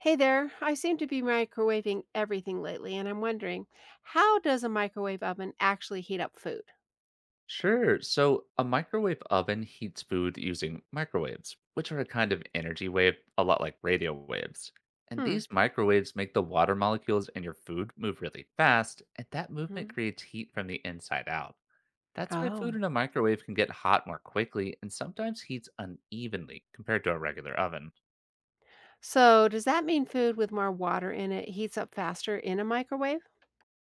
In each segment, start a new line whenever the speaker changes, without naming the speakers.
Hey there, I seem to be microwaving everything lately, and I'm wondering how does a microwave oven actually heat up food?
Sure. So a microwave oven heats food using microwaves, which are a kind of energy wave, a lot like radio waves. And
Hmm.
these microwaves make the water molecules in your food move really fast, and that movement
Hmm.
creates heat from the inside out. That's why food
Oh.
in a microwave can get hot more quickly and sometimes heats unevenly compared to a regular oven.
So does that mean food with more water in it heats up faster in a microwave?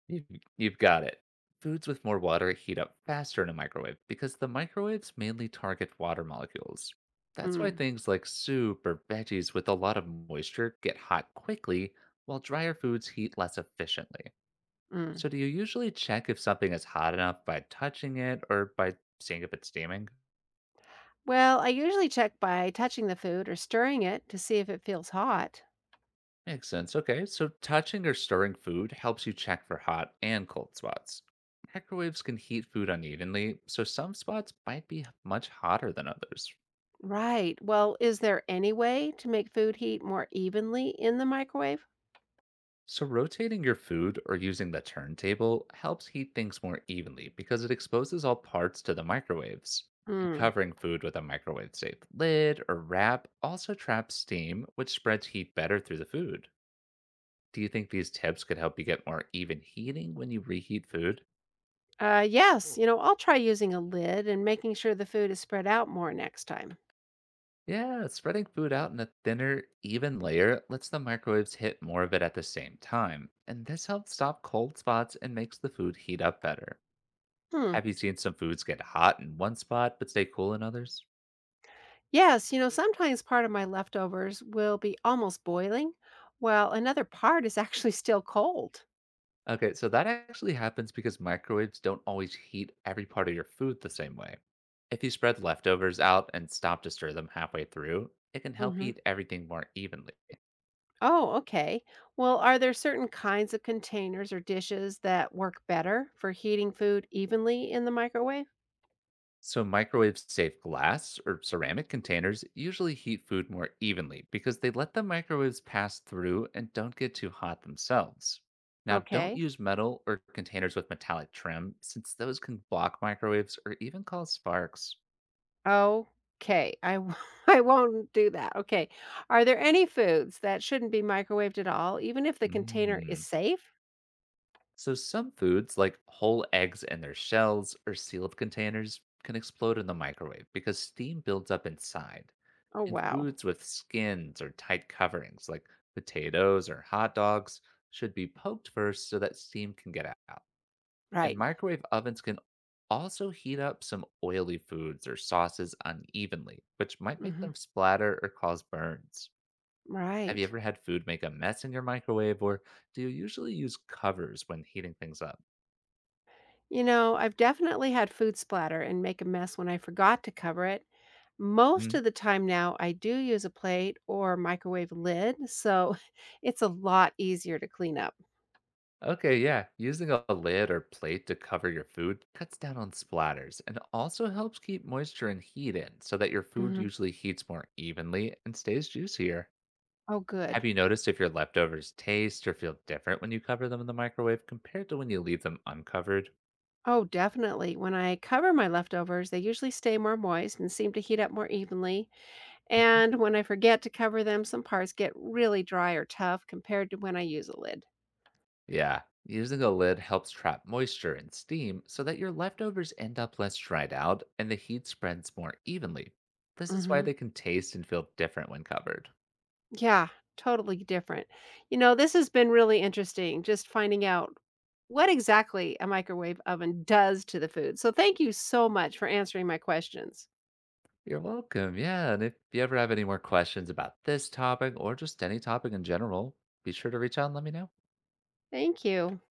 You- You've got it. Foods with more water heat up faster in a microwave because the microwaves mainly target water molecules. That's why
Mm,
things like soup or veggies with a lot of moisture get hot quickly, while drier foods heat less efficiently.
mm.
So, do you usually check if something is hot enough by touching it or by seeing if it's steaming?
Well, I usually check by touching the food or stirring it to see if it feels hot.
Makes sense. Okay, so touching or stirring food helps you check for hot and cold spots. Microwaves can heat food unevenly, so some spots might be much hotter than others.
Right. Well, is there any way to make food heat more evenly in the microwave?
So, rotating your food or using the turntable helps heat things more evenly because it exposes all parts to the microwaves. And
Mm.
covering food with a microwave safe lid or wrap also traps steam, which spreads heat better through the food. Do you think these tips could help you get more even heating when you reheat food?
Yes. I'll try using a lid and making sure the food is spread out more next time.
Yeah, spreading food out in a thinner, even layer lets the microwaves hit more of it at the same time, and this helps stop cold spots and makes the food heat up better.
Hmm.
Have you seen some foods get hot in one spot but stay cool in others?
Yes, sometimes part of my leftovers will be almost boiling, while another part is actually still cold.
Okay, so that actually happens because microwaves don't always heat every part of your food the same way. If you spread leftovers out and stop to stir them halfway through, it can help
hmm
heat everything more evenly.
Oh, okay. Well, are there certain kinds of containers or dishes that work better for heating food evenly in the microwave?
So, microwave safe glass or ceramic containers usually heat food more evenly because they let the microwaves pass through and don't get too hot themselves. Now, don't
Okay.
use metal or containers with metallic trim since those can block microwaves or even cause sparks.
Okay. I won't do that. Okay. Are there any foods that shouldn't be microwaved at all, even if the container is
Mmm.
safe?
So, some foods like whole eggs and their shells or sealed containers can explode in the microwave because steam builds up inside.
Oh,
And
wow.
foods with skins or tight coverings, like potatoes or hot dogs, should be poked first so that steam can get out. And
Right.
microwave ovens can also heat up some oily foods or sauces unevenly, which might make
hmm
them splatter or cause burns. Have you
Right.
ever had food make a mess in your microwave, or do you usually use covers when heating things up?
I've definitely had food splatter and make a mess when I forgot to cover it. Most
Mm-hmm.
of the time now, I do use a plate or microwave lid, so it's a lot easier to clean up.
Okay, yeah. Using a lid or plate to cover your food cuts down on splatters and also helps keep moisture and heat in so that your food
Mhm.
usually heats more evenly and stays juicier.
Oh,
Have
good.
you noticed if your leftovers taste or feel different when you cover them in the microwave compared to when you leave them uncovered?
Oh, definitely. When I cover my leftovers, they usually stay more moist and seem to heat up more evenly.
Mhm.
And when I forget to cover them, some parts get really dry or tough compared to when I use a lid.
Yeah, using a lid helps trap moisture and steam so that your leftovers end up less dried out and the heat spreads more evenly. This is why
Mhm.
they can taste and feel different when covered.
Yeah, totally different. This has been really interesting, just finding out what exactly a microwave oven does to the food. So, thank you so much for answering my questions.
You're welcome. Yeah. And if you ever have any more questions about this topic or just any topic in general, be sure to reach out and let me know.
Thank you.